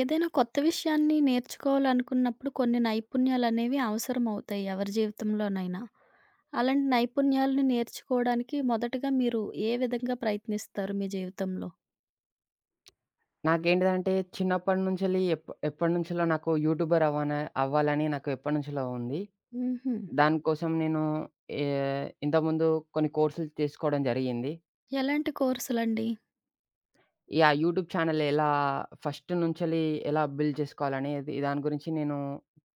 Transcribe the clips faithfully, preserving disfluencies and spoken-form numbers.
ఏదైనా కొత్త విషయాన్ని నేర్చుకోవాలనుకున్నప్పుడు కొన్ని నైపుణ్యాలనేవి అవసరమవుతాయి ఎవరి జీవితంలోనైనా. అలాంటి నైపుణ్యాలను నేర్చుకోవడానికి మొదటగా మీరు ఏ విధంగా ప్రయత్నిస్తారు మీ జీవితంలో? నాకేంటిదంటే చిన్నప్పటినుంచెల్లి ఎప్ ఎప్పటినుంచెల్లో నాకు యూట్యూబర్ అవ్వన అవ్వాలని నాకు ఎప్పటినుంచెల్లో ఉంది. హుహు. దానికోసం నేను ఏ ఇంతకుముందు కొన్ని కోర్సులు తీసుకోవడం జరిగింది. ఎలాంటి కోర్సులండి? ఈ ఆ యూట్యూబ్ ఛానెల్ ఎలా ఫస్ట్ నుంచెల్లి ఎలా బిల్డ్ చేసుకోవాలనేది దాని గురించి నేను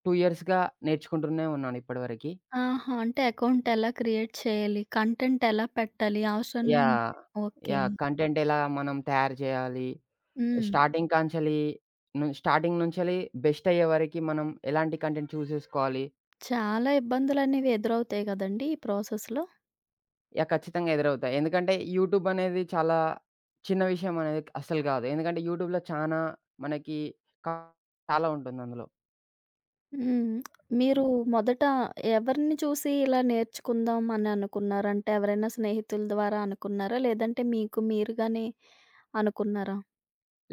రెండు ఇయర్స్‌గా నేర్చుకుంటూనే ఉన్నాను ఇప్పటివరకి. ఆహా! అంటే అకౌంట్ ఎలా క్రియేట్ చేయాలి? కంటెంట్ ఎలా పెట్టాలి? అవసరం లేని యాహ్! ఓకే. యాహ్! కంటెంట్ ఎలా మనం తయారు చేయాలి? హ్మ్. స్టార్టింగ్ కాంచెలి ను స్టార్టింగ్ నుంచెల్లి బెస్ట్ అయ్యేవరకి మనం ఎలాంటి కంటెంట్ చూస్ చేసుకోవాలి? చాలా ఇబ్బందులనేవి ఎదురవుతాయి గదండీ ఈ ప్రాసెస్‌లో. యాహ్! ఖచ్చితంగా ఎదురవుతాయి. ఎందుకంటే యూట్యూబ్ అనేది చాలా చిన్న విషయం అనేది అస్సలు కాదు. ఎందుకంటే యూట్యూబ్‌లో చానా మనకి కా చాలా ఉంటుందందులో. హ్మ్. మీరు హ్మ్. మొదట ఎవరిని చూసి ఇలా నేర్చుకుందాం అని అనుకున్నారు? అంటే ఎవరైనా స్నేహితుల ద్వారా అనుకున్నారా? లేదంటే మీకు మీరుగానే అనుకున్నారా?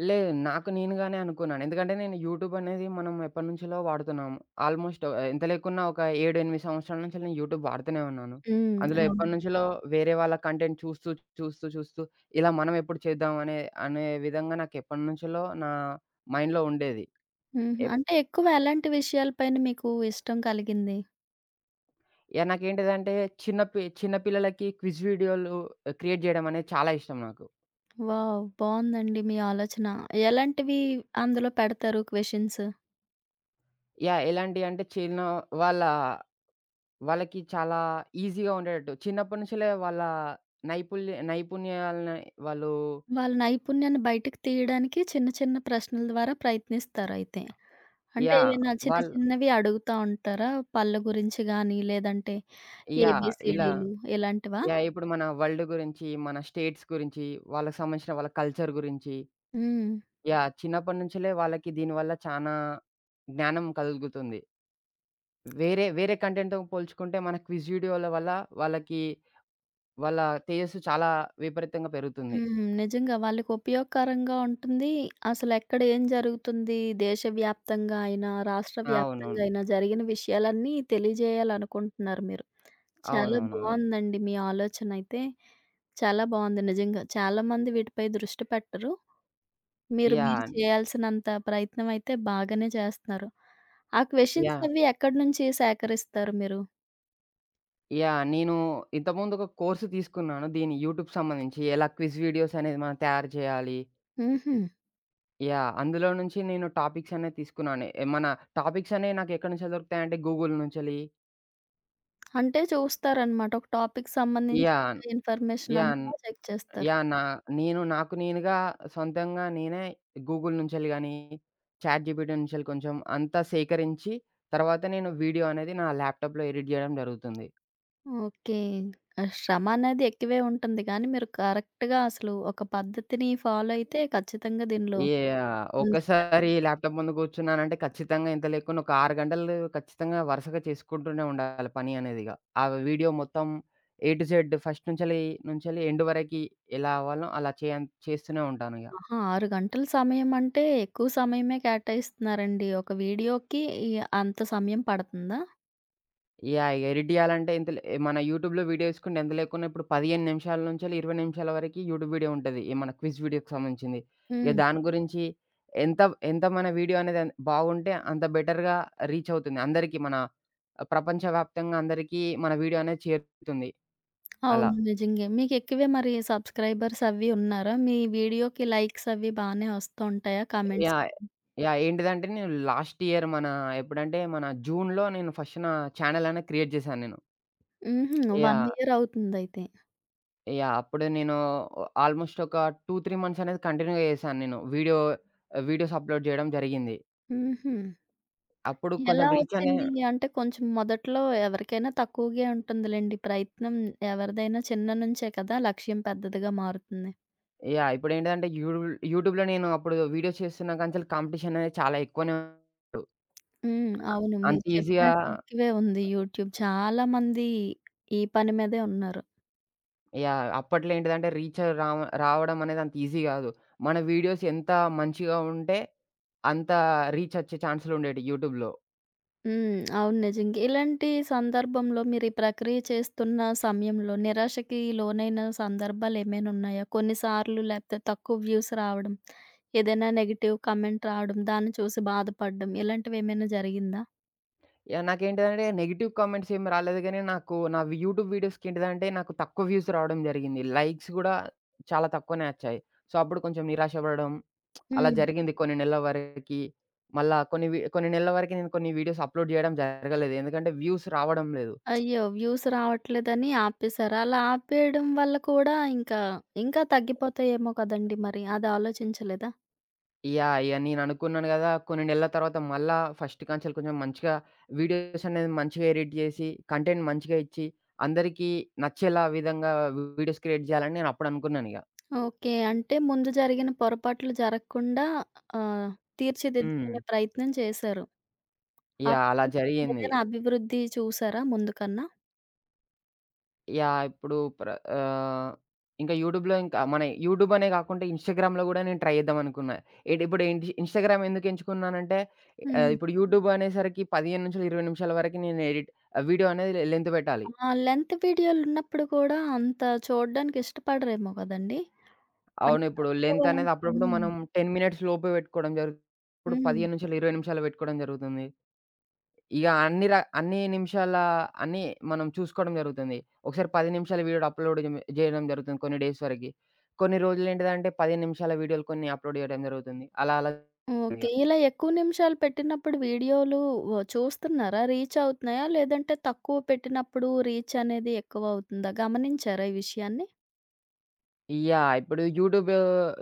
లేదు, నాకు నేనుగానే అనుకున్నాను. ఎందుకంటే నేను యూట్యూబ్ అనేది మనం ఎప్పటినుంచో వాడుతున్నాము. ఆల్మోస్ట్ ఎంత లేకున్నా ఒక ఏడు, ఎనిమిది సంవత్సరాల నుంచి నేను యూట్యూబ్ వాడుతూనే ఉన్నాను. హ్మ్. అందులో అవును. ఎప్పటినుంచో వేరే వాళ్ళ కంటెంట్ చూస్తూ, చూస్తూ, చూస్తూ ఇలా మనం ఎప్పుడు చేద్దాం అనే అనే విధంగా నాకు ఎప్పటినుంచో నా మైండ్‌లో ఉండేది. హుహు. ఎప్ అంటే ఎక్కువ ఎలాంటి విషయాలపైన మీకు ఇష్టం కలిగింది? యాహ్! నాకేంటిదంటే చిన్న పి చిన్న పిల్లలకి క్విజ్ వీడియోలు క్రియేట్ జేయడం అనేది చాలా ఇష్టం నాకు. వావ్! బావుందండి మీ ఆలోచన. ఎలాంటివి అందులో పెడతారు క్వెషన్స్? యాహ్! ఎలాంటియంటే చిన్న వాళ్ళ వాళ్ళకి చాలా ఈజీగా ఉండేటట్టు. చిన్నప్పటి నుంచిలే వాళ్ళ నైపుల్య నైపుణ్యాలని వాళ్ళు. వాళ్ళ నైపుణ్యాన్ని బయటకు తీయడానికి చిన్న చిన్న ప్రశ్నల ద్వారా ప్రయత్నిస్తారైతే. అంటే యాహ్! ఏవైనా చిన్న వాళ్ళు. చిన్నవి అడుగుతా ఉంటారా? పళ్ళ గురించి గాని లేదంటే యాహ్! ఇలా. ఏబీసీడీలు ఇలాంటివా? యాహ్! ఇప్పుడు మన వరల్డ్ గురించి, మన స్టేట్స్ గురించి, వాళ్ళకి సంబంధించిన వాళ్ళ కల్చర్ గురించి. హ్మ్. యాహ్! చిన్నప్పటి నుంచిలే వాళ్ళకి దీనివల్ల చానా జ్ఞానం కలుగుతుంది. వేరే వేరే కంటెంట్‌తో పోల్చుకుంటే మన క్విజ్ వీడియోల వల్ల వాళ్ళకి వాళ్ళ తేజస్సు చాలా విపరీతంగా పెరుగుతుంది. హ్మ్. నిజంగా వాళ్ళకి ఉపయోగకరంగా ఉంటుంది. అసలెక్కడ ఏం జరుగుతుంది, దేశవ్యాప్తంగా అయినా, రాష్ట్ర అవునవును. వ్యాప్తంగా అయినా జరిగిన విషయాలన్నీ తెలియజేయాలనుకుంటున్నారు మీరు. చాలా అవునవును. బావుందండి మీ ఆలోచనైతే. చాలా బావుంది నిజంగా. చాలామంది వీటిపై దృష్టి పెట్టరు. మీరు మీరు యాహ్! చేయాల్సినంత ప్రయత్నం అయితే బాగానే చేస్తున్నారు. ఆ క్వెషన్స్ యాహ్! అవి ఎక్కడి నుంచి సేకరిస్తారు మీరు? యాహ్! నేను ఇంతకుముందు ఒక కోర్స్ తీసుకున్నాను. దీని యూట్యూబ్ సంబంధించి ఎలా క్విజ్ వీడియోస్ అనేది మనం తయారు చేయాలి. హుహు. యాహ్! అందులో నుంచి నేను టాపిక్స్ అనేవి తీసుకున్నాను. మన టాపిక్స్ అనేవి నాకు ఎక్కడి నుంచో దొరుకుతాయంటే గూగుల్ నుంచెలి. అంటే చూస్తారనమాట. ఒక టాపిక్‌కి సంబంధించి యాహ్! Information yeah! అంతా చెక్ చేస్తారు. యాహ్! నా నేను నాకు నేనుగా సొంతంగా నేనే గూగుల్ నుంచెల్లి గాని, చాట్‌జీపీటీ నుంచెల్లి కొంచెం అంతా సేకరించి, తర్వాత నేను వీడియో అనేది నా ల్యాప్‌టాప్‌లో ఎడిట్ జేయడం జరుగుతుంది. ఓకే. ఆహ్, శ్రమ అనేది ఎక్కువే ఉంటుంది గానీ, మీరు కరెక్ట్‌గా అసలు ఒక పద్ధతిని ఫాలో అయితే ఖచ్చితంగా దీనిలో యాహ్! ముందుకు వెళ్ ఒక్కసారి ల్యాప్‌టాప్ ముందు కూర్చున్నానంటే ఖచ్చితంగా ఇంత లేకున్నా ఒక ఆరు గంటలు ఖచ్చితంగా వరుసగా చేసుకుంటూనే ఉండాలి పని అనేది ఇగ. ఆ వీడియో మొత్తం ఏ టు జెడ్ ఫస్ట్ నుంచెల్లి నుంచెల్లి ఎండ్ వరకి ఎలా అవ్వాలో అలా చేయం చేస్తూనే ఉంటాను ఇగ. ఆహా! ఆరు గంటల సమయం అంటే ఎక్కువ సమయమే కేటాయిస్తున్నారండి. ఒక వీడియోకి ఈ అంత సమయం పడుతుందా? యాహ్! ఎడిట్ జేయాలంటే ఇంత లే మన యూట్యూబ్‌లో వీడియో ఏసుకుంటే ఎంత లేకున్నా ఇప్పుడు పదిహేను నిమిషాల నుంచెల్లి ఇరవై నిమిషాల వరకి యూట్యూబ్ వీడియో ఉంటది. ఈ మన క్విజ్ వీడియోకి సంబంధించింది. ఇక హ్మ్. దాని గురించి ఎంత ఎంత మన వీడియో అనేది అన్ బాగుంటే అంత బెటర్‌గా రీచ్ అవుతుంది. అందరికీ మన ప్రపంచవ్యాప్తంగా అందరికీ మన వీడియో అనేది చేరుతుంది అలా. అవును. నిజంగే. మీకు ఎక్కువే మరి సబ్‌స్క్రైబర్స్ అవి ఉన్నారా? మీ వీడియోకి లైక్స్ అవి బానే వస్తూ ఉంటాయా? కామెంట్స్? యాహ్! యాహ్! ఏంటిదంటే నేను లాస్ట్ ఇయర్ మన ఎప్పుడంటే మన జూన్‌లో నేను ఫస్ట్ నా ఛానెల్ అనేది క్రియేట్ జేశాను నేను. హుహు. ఒక యాహ్! ఇయర్ అవుతుందయితే. యాహ్! అప్పుడు నేను ఆల్మోస్ట్ ఒక రెండు, మూడు మంత్స్ అనేది కంటిన్యూగా చేశాను నేను. వీడియో వీడియోస్ అప్‌లోడ్ చేయడం జరిగింది. హుహు. అప్పుడు కొంచెం ఎలా హ్మ్. రీచ్ అనే. వచ్చింది? అంటే కొంచెం మొదట్లో ఎవరికైనా తక్కువగే ఉంటుందిలెండి. ప్రయత్నం ఎవరిదైనా చిన్న నుంచే కదా! లక్ష్యం పెద్దదిగా మారుతుంది. యాహ్! ఇప్పుడేంటిదంటే యూడూల్ యూట్యూబ్‌లో నేను అప్పుడు వీడియోస్ చేస్తున్న కాంచెలి కాంపిటీషన్ అనేది చాలా ఎక్కువనే ఉంటు, హ్మ్. అవును. అంత మీరు ఈజీగా. చెప్పినట్లు ఎక్కువే ఉంది యూట్యూబ్. చాలామంది ఈ పని మీదే ఉన్నారు. యాహ్! అప్పట్లో ఏంటిదంటే రీచ్ రావ రావడం అనేది అంత ఈజీ కాదు. మన వీడియోస్ ఎంత మంచిగా ఉంటే, అంత రీచ్ వచ్చే ఛాన్సులుండేటియి యూట్యూబ్‌లో. హ్మ్. అవును నిజంగా. ఇలాంటి సందర్భంలో మీరు ఈ ప్రక్రియ చేస్తున్న సమయంలో నిరాశకి లోనైన సందర్భాలేమైనా ఉన్నాయా? కొన్నిసార్లు లేకపోతే తక్కువ వ్యూస్ రావడం, ఏదైనా నెగెటివ్ కామెంట్ రావడం, దాన్ని చూసి బాధపడడం ఇలాంటివేమైనా జరిగిందా? యాహ్! నాకేంటిదంటే నెగెటివ్ కామెంట్స్ ఏమి రాలేదు గానీ, నాకు నా యూట్యూబ్ వీడియోస్‌కి ఏంటిదంటే నాకు తక్కువ వ్యూస్ రావడం జరిగింది. లైక్స్ గూడా చాలా తక్కువనే వచ్చాయి. సో, అప్పుడు కొంచెం నిరాశపడడం అలా హ్మ్. జరిగింది కొన్ని నెలల వరకి. మళ్ళా కొన్ని వి కొన్ని నెలల వరకి నేను కొన్ని వీడియోస్ అప్‌లోడ్ చేయడం జరగలేదు. ఎందుకంటే వ్యూస్ రావడం లేదు. అయ్యో! వ్యూస్ రావట్లేదని ఆపేసారు. అలా ఆపేయడం వల్ల కూడా ఇంకా, ఇంకా తగ్గిపోతాయేమో కదండీ మరి. అది ఆలోచించలేదా? యాహ్! ఇగ నేను అనుకున్నాను గదా! కొన్ని నెలల తర్వాత మళ్ళా ఫస్ట్ కాంచెలి కొంచెం మంచిగా వీడియోస్ అనేది మంచిగా ఎడిట్ చేసి, కంటెంట్ మంచిగా ఇచ్చి, అందరికీ నచ్చేలా విధంగా వీడియోస్ క్రియేట్ చేయాలని నేను అప్పుడు అనుకున్నానిగ. ఓకే. అంటే ముందు జరిగిన పొరపాట్లు జరగకుండా ఆహ్, హ్మ్. తీర్చిదిద్దుకునే ప్రయత్నం చేశారు. యాహ్! అప్పుడు అలా కొంచెం జరిగింది. ఏదైనా అభివృద్ధి చూసారా ముందు కన్నా? యాహ్! ఇప్పుడు ప్ర ఆహ్, ఇంకా యూట్యూబ్‌లో ఇంకా మన యూట్యూబ్ అనే కాకుండా ఇన్‌స్టాగ్రామ్‌లో గూడా నేను ట్రై చేద్దాం అనుకున్నా. ఏటి ఇప్పుడు ఏంటి ఇన్‌స్టాగ్రామ్ ఎందుకు ఎంచుకున్నానంటే ఆహ్, హ్మ్. ఇప్పుడు యూట్యూబ్ అనేసరికి పదిహేను ఇరవై నిమిషాల వరకు నేను ఎడిట్ వీడియో అనేది లెంత్ పెట్టాలి. ఆ! లెంత్ వీడియోలున్నప్పుడు కూడా అంత చూడడానికి ఇష్టపడరేమో కదండీ! అవును. అంటే ఇప్పుడు తక్కువ లెంత్ అనేది అప్పుడప్పుడు హ్మ్. మనం పది మినిట్స్ లోపే పెట్టుకోవడం జరుగుతుంది. ఇప్పుడు హ్మ్. పదిహేను ఇరవై నిమిషాలు పెట్టుకోవడం జరుగుతుంది. ఇక అన్ని ర అన్ని నిమిషాల అన్నీ మనం చూసుకోవడం జరుగుతుంది. ఒకసారి పది నిమిషాల వీడియోలు అప్‌లోడ్ జేయ్ జేయడం జరుగుతుంది కొన్ని డేస్ వరకి. కొన్ని రోజులేంటిదంటే పది నిమిషాల వీడియోలు కొన్ని అప్‌లోడ్ జేయడం జరుగుతుంది. అలా అలా ఇగ. ఓకే. ఇలా ఎక్కువ నిమిషాలు పెట్టినప్పుడు వీడియోలు వ చూస్తున్నారా? రీచ్ అవుతున్నాయా? లేదంటే తక్కువ పెట్టినప్పుడు రీచ్ అనేది ఎక్కువవుతుందా? గమనించారా ఈ విషయాన్ని? యాహ్! ఇప్పుడు యూట్యూబ్,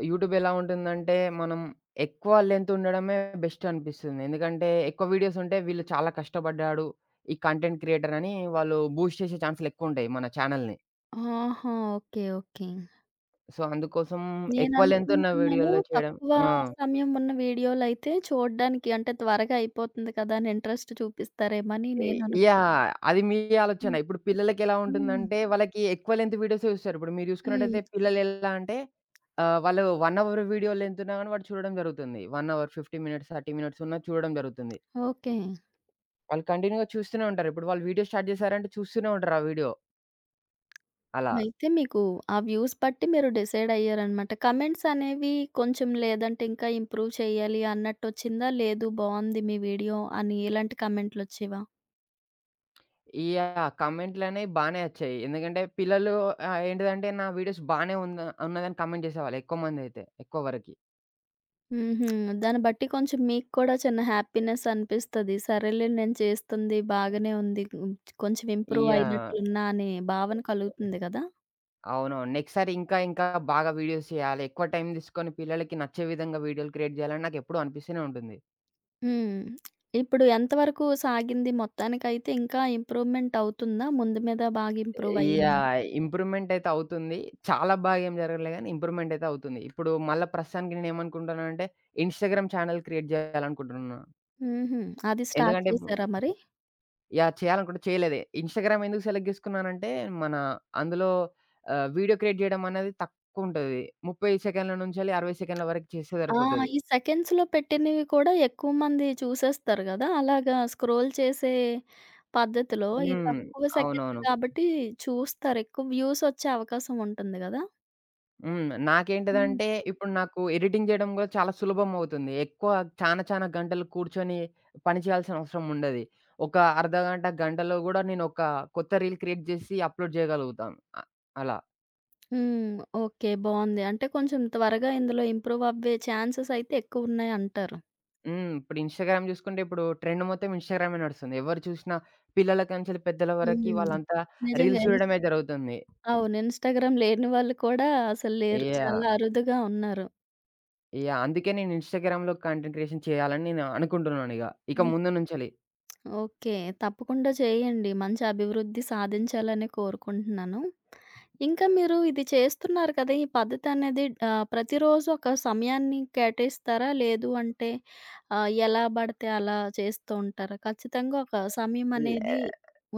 యూట్యూబ్ ఎలా ఉంటుందంటే మనం ఎక్కువ లెంత్ ఉండడమే బెస్ట్ అనిపిస్తుంది. ఎందుకంటే ఎక్కువ వీడియోస్ ఉంటే వీళ్ళు చాలా కష్టపడ్డాడు ఈ కంటెంట్ క్రియేటర్ అని వాళ్ళు బూస్ట్ చేసే ఛాన్సులు ఎక్కువుంటాయి మన ఛానెల్‌ని. ఆహా! ఓకే. ఓకే. సో, అందుకోసం ఎక్కువ లెంత్ ఉన్న నేననుకుంటున్నాను వీడియోలో చేయడం. తక్కువ ఆ! సమయం ఉన్న వీడియోలయితే చూడ్డానికి అంటే త్వరగా అయిపోతుంది కదా! అని ఇంట్రెస్ట్ చూపిస్తారేమో అని ఇ నేననుకు యాహ్! అది మీ ఆలోచన. హ్మ్. ఇప్పుడు పిల్లలకెలా ఉంటుందంటే, వాళ్ళకి ఎక్కువ లెంత్ వీడియోసే చూస్తారు. ఇప్పుడు మీరు హ్మ్. చూసుకున్నట్టయితే పిల్లలెలా అంటే, ఆహ్, వాళ్ళు ఒక అవర్ వీడియో లెంత్ ఉన్నా గాని వాడు చూడడం జరుగుతుంది. ఒక అవర్ యాభై మినిట్స్, ముప్ఫై మినిట్స్ ఉన్నా చూడడం జరుగుతుంది. ఓకే. వాళ్ళు కంటిన్యూ‌గా చూస్తూనే ఉంటారు. ఇప్పుడు వాళ్ళు వీడియో స్టార్ట్ చేశారంటే చూస్తూనే ఉంటారు ఆ వీడియో అలా. అయితే మీకు ఆ వ్యూస్ బట్టి మీరు డిసైడ్ అయ్యారనమాట. కమెంట్స్ అనేవి కొంచెం లేదంటే ఇంకా ఇంప్రూవ్ చేయాలి అన్నట్టొచ్చిందా? లేదు బావుంది మీ వీడియో అని ఇలాంటి కమెంట్‌లొచ్చేవా? యాహ్! కామెంట్‌లనేవి బానే వచ్చాయి. ఎందుకంటే పిల్లలు ఆహ్, ఏంటిదంటే నా వీడియోస్ బానే ఉన్న ఉన్నదని కామెంట్ చేసేవాళ్ళు ఎక్కువ మందైతే, ఎక్కువ వరకి. హుహు. దాన్ని బట్టి కొంచెం మీకు కూడా చిన్న హ్యాపీనెస్ అనిపిస్తది. సరేలే నేను చేస్తుంది బాగానే ఉంది. హ్మ్. కొంచెం ఇంప్రూవ్ యాహ్! అయినట్లున్నా అనే భావన కలుగుతుంది గదా! అవునవును. నెక్స్ట్ సారి ఇంకా ఇంకా బాగా వీడియోస్ చేయాలి. ఎక్కువ టైం తీసుకొని పిల్లలకి నచ్చే విధంగా వీడియోలు క్రియేట్ చేయాలని నాకెప్పుడూ అనిపిస్తూనే ఉంటుంది. హ్మ్. ఇప్పుడు ఎంతవరకు సాగింది మొత్తానికైతే ఇంకా ఇంప్రూవ్‌మెంట్ అవుతుందా? ముందు మీద బాగా ఇంప్రూవ్ అయ్యిందా? యాహ్! ఇంప్రూవ్‌మెంట్ అయితే అవుతుంది. చాలా బాగా ఏం జరగలే గానీ ఇంప్రూవ్‌మెంట్ అయితే అవుతుంది. ఇప్పుడు మళ్ళా ప్రస్తుతానికి నేనేమనుకుంటున్నానంటే ఇన్‌స్టాగ్రామ్ ఛానెల్ క్రియేట్ చేయాలనుకుంటున్నా. హుహు. అది స్టార్ట్ ఎందుకంటే ఇప్పుడు. చేసారా మరి? యాహ్! చేయాలనుకుంటే చేయలేదే. ఇన్‌స్టాగ్రామ్ ఎందుకు సెలెక్ట్ చేసుకున్నానంటే మన అందులో ఆహ్, వీడియో క్రియేట్ చేయడం అనేది తక్కువ ఉంటది. ముప్ఫై సెకన్ల నుంచెల్లి అరవై సెకన్ల వరకు చేస్తే ఆ! సరిపోతది. ఈ సెకండ్స్‌లో పెట్టినవి కూడా ఎక్కువ మంది చూసేస్తారు గదా! అలాగా స్క్రోల్ చేసే పద్ధతిలో ఈ హ్మ్. తక్కువ సెకండ్‌లు అవునవును. కాబట్టి చూస్తారు. ఎక్కువ వ్యూస్ వచ్చే అవకాశం ఉంటుంది గదా! హ్మ్. హ్మ్. నాకేంటిదంటే, ఇప్పుడు నాకు ఎడిటింగ్ జేయడం గూడా చాలా సులభమవుతుంది. ఎక్కువ చానా చానా గంటలు కూర్చొని పని చేయాల్సిన అవసరం ఉండది. ఒక అర్ధగంట, గంటలో గూడా నేనొక కొత్త రీల్ క్రియేట్ జేసి అప్‌లోడ్ జేయగలుగుతాను. అ అలా. హ్మ్. ఓకే. బావుంది. అంటే కొంచెం త్వరగా ఇందులో ఇంప్రూవ్ అవ్వే ఛాన్సెస్ అయితే ఎక్కువున్నాయంటారు. హ్మ్. ఇప్పుడు ఇన్‌స్టాగ్రామ్ జూసుకుంటే ఇప్పుడు ట్రెండ్ మొత్తం ఇన్‌స్టాగ్రామే నడుస్తుంది. ఎవరు చూసినా పిల్లల కాంచెలి పెద్దల వరకి హ్మ్. వాళ్ళంతా నిజంగా. రీల్స్ ఇన్స్ చూడడమే జరుగుతుంది. అవును. ఇన్‌స్టాగ్రామ్ లేని వాళ్ళు కూడా అసలు లేరు. యాహ్! చాలా అరుదుగా ఉన్నారు. యాహ్! అందుకే నేను ఇన్‌స్టాగ్రామ్‌లో కంటెంట్ క్రియేషన్ చేయాలని నేను అనుకుంటున్నానిగ. ఇక హ్మ్. ముందు నుంచెలి. ఓకే. తప్పకుండా చేయండి. మంచి అభివృద్ధి సాధించాలని కోరుకుంటున్నాను. ఇంకా మీరు ఇది చేస్తున్నారు కదా! ఈ పద్ధతనేది ఆహ్, ప్రతిరోజు ఒక సమయాన్ని కేటాయిస్తారా? లేదు అంటే ఆహ్, ఎలా పడితే అలా చేస్తూ ఉంటారా? ఖచ్చితంగా ఒక సమయం లే అనేది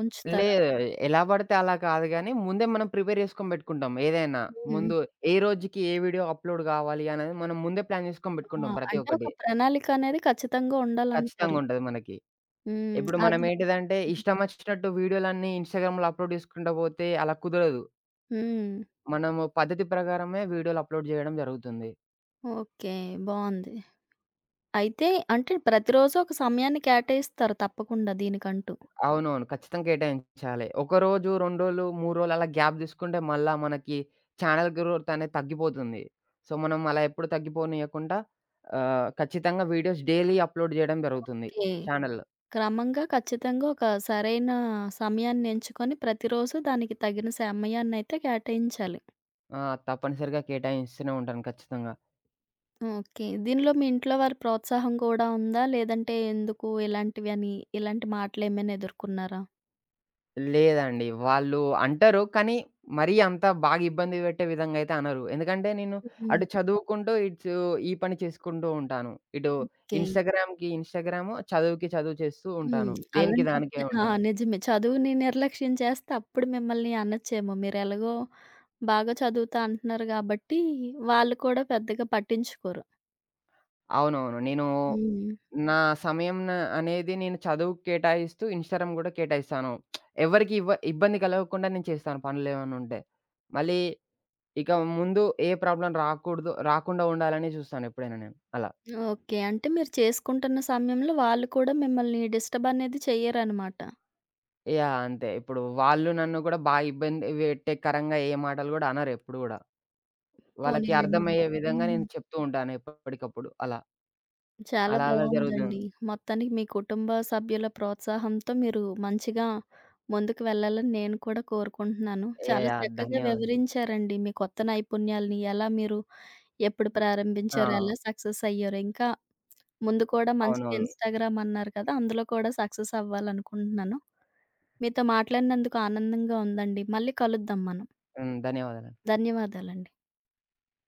ఉంచుతారా? లేదు. ఎలా పడితే అలా కాదు గానీ, ముందే మనం ప్రిపేర్ చేసుకొని పెట్టుకుంటాం ఏదైనా. హ్మ్. ముందు ఏ రోజుకి ఏ వీడియో అప్‌లోడ్ కావాలి అనేది మనం ముందే ప్లాన్ చేసుకొని ఆ! పెట్టుకుంటాం ప్రతి అంటే ఒక్కటి. ఒక ప్రణాళిక అనేది ఖచ్చితంగా ఖచ్చితంగా ఉండాలంటారు. ఉంటది మనకి. హ్మ్. ఇప్పుడు మనం అది ఏంటిదంటే, ఇష్టమచ్చినట్టు వీడియోలన్నీ ఇన్‌స్టాగ్రామ్‌లో అప్‌లోడ్ చేసుకుంటా పోతే అలా కుదరదు. హ్మ్. మనము పద్ధతి ప్రకారమే వీడియోలు అప్‌లోడ్ చేయడం జరుగుతుంది. ఓకే. బావుంది. అయితే అంటే ప్రతిరోజు ఒక సమయాన్ని కేటాయిస్తారు తప్పకుండా దీనికంటూ. అవునవును. ఖచ్చితంగా కేటాయించాలి. ఒకరోజు, రెండు రోజులు, మూడు రోజులు అలా గ్యాప్ తీసుకుంటే మళ్ళా మనకి ఛానల్ గ్రోత్ అనేది తగ్గిపోతుంది. సో, మనం అలా ఎప్పుడు తగ్గిపోనీయకుండా ఆహ్, ఖచ్చితంగా వీడియోస్ డైలీ అప్‌లోడ్ జేయడం జరుగుతుంది ఓకే. ఛానల్‌లో. క్రమంగా ఖచ్చితంగా ఒక సరైన సమయాన్ని ఎంచుకొని ప్రతిరోజు దానికి తగిన సమయాన్నయితే కేటాయించాలి. ఆ! తప్పనిసరిగా కేటాయిస్తూనే ఉంటాను ఖచ్చితంగా. ఓకే. దీనిలో మీ ఇంట్లో వారి ప్రోత్సాహం కూడా ఉందా? లేదంటే ఎందుకు ఇలాంటివని ఇలాంటి మాటలేమైనా ఎదుర్కొన్నారా? లేదండి. వాళ్ళు అంటారు. కానీ మరీ అంత బాగా ఇబ్బంది పెట్టే విధంగా అయితే అనరు. ఎందుకంటే నేను హ్మ్. అటు చదువుకుంటూ, ఇటు ఈ పని చేసుకుంటూ ఉంటాను. ఇటు ఓకే. ఇన్‌స్టాగ్రామ్‌కి ఇన్‌స్టాగ్రాము, చదువుకి చదువు చేస్తూ ఉంటాను. హ్మ్. దేనికి దానికే అలాంటప్పుడే ఆ! ఉంటా. నిజమే. చదువుని నిర్లక్ష్యం చేస్తే అప్పుడు మిమ్మల్ని అనచ్చేమో. మీరెలాగో బాగా చదువుతా అంటున్నారు గాబట్టి, వాళ్ళు కూడా పెద్దగా పట్టించుకోరు. అవునవును. నేను హ్మ్. నా సమయం న అనేది నేను చదువుకి కేటాయిస్తూ, ఇన్‌స్టాగ్రామ్ గూడా కేటాయిస్తాను. ఎవరికీ ఇవ్వ ఇబ్బంది కలగకుండా నేను చేస్తాను పనులేమన్నా ఉంటే. మళ్ళీ ఇక ముందు ఏ ప్రాబ్లమ్ రాకూడదు రాకుండా ఉండాలని చూస్తాను ఎప్పుడైనా నేను. అలా. ఓకే. అంటే మీరు చేసుకుంటున్న సమయంలో వాళ్ళు కూడా మిమ్మల్ని డిస్టర్బ్ అనేది చెయ్యరనమాట. యాహ్! అంతే. ఇప్పుడు వాళ్ళు నన్ను గూడా బా ఇబ్బంది పెట్టేకరంగా ఏ మాటలు గూడా అనరెప్పుడు గూడా. వాళ్ళకి పోనీలెండి. అర్థమయ్యే విధంగా నేను హ్మ్. చెప్తూ ఉంటాను ఎప్పటికప్పుడు అలా. చాలా అలా అలా జరుగుతుంది. బావుందండి. మొత్తానికి మీ కుటుంబ సభ్యుల ప్రోత్సాహంతో మీరు మంచిగా ముందుకు వెళ్ళాలని నేను కూడా కోరుకుంటున్నాను. చాలా యాహ్! చక్కగా ధన్యవాదాలు. వివరించారండి మీ కొత్త నైపుణ్యాలని ఎలా మీరు ఎప్పుడు ఆ! ప్రారంభించారో, ఎలా సక్సెస్ అయ్యారో, ఇంకా ముందు కూడా మంచిగా అవునవును. ఇన్‌స్టాగ్రామ్ అన్నారు కదా! అందులో కూడా సక్సెస్ అవ్వాలనుకుంటున్నాను. మీతో మాట్లాడినందుకు ఆనందంగా ఉందండి. మళ్ళీ కలుద్దాం మనం. హ్మ్. ధన్యవాదాలండి. ధన్యవాదాలండి.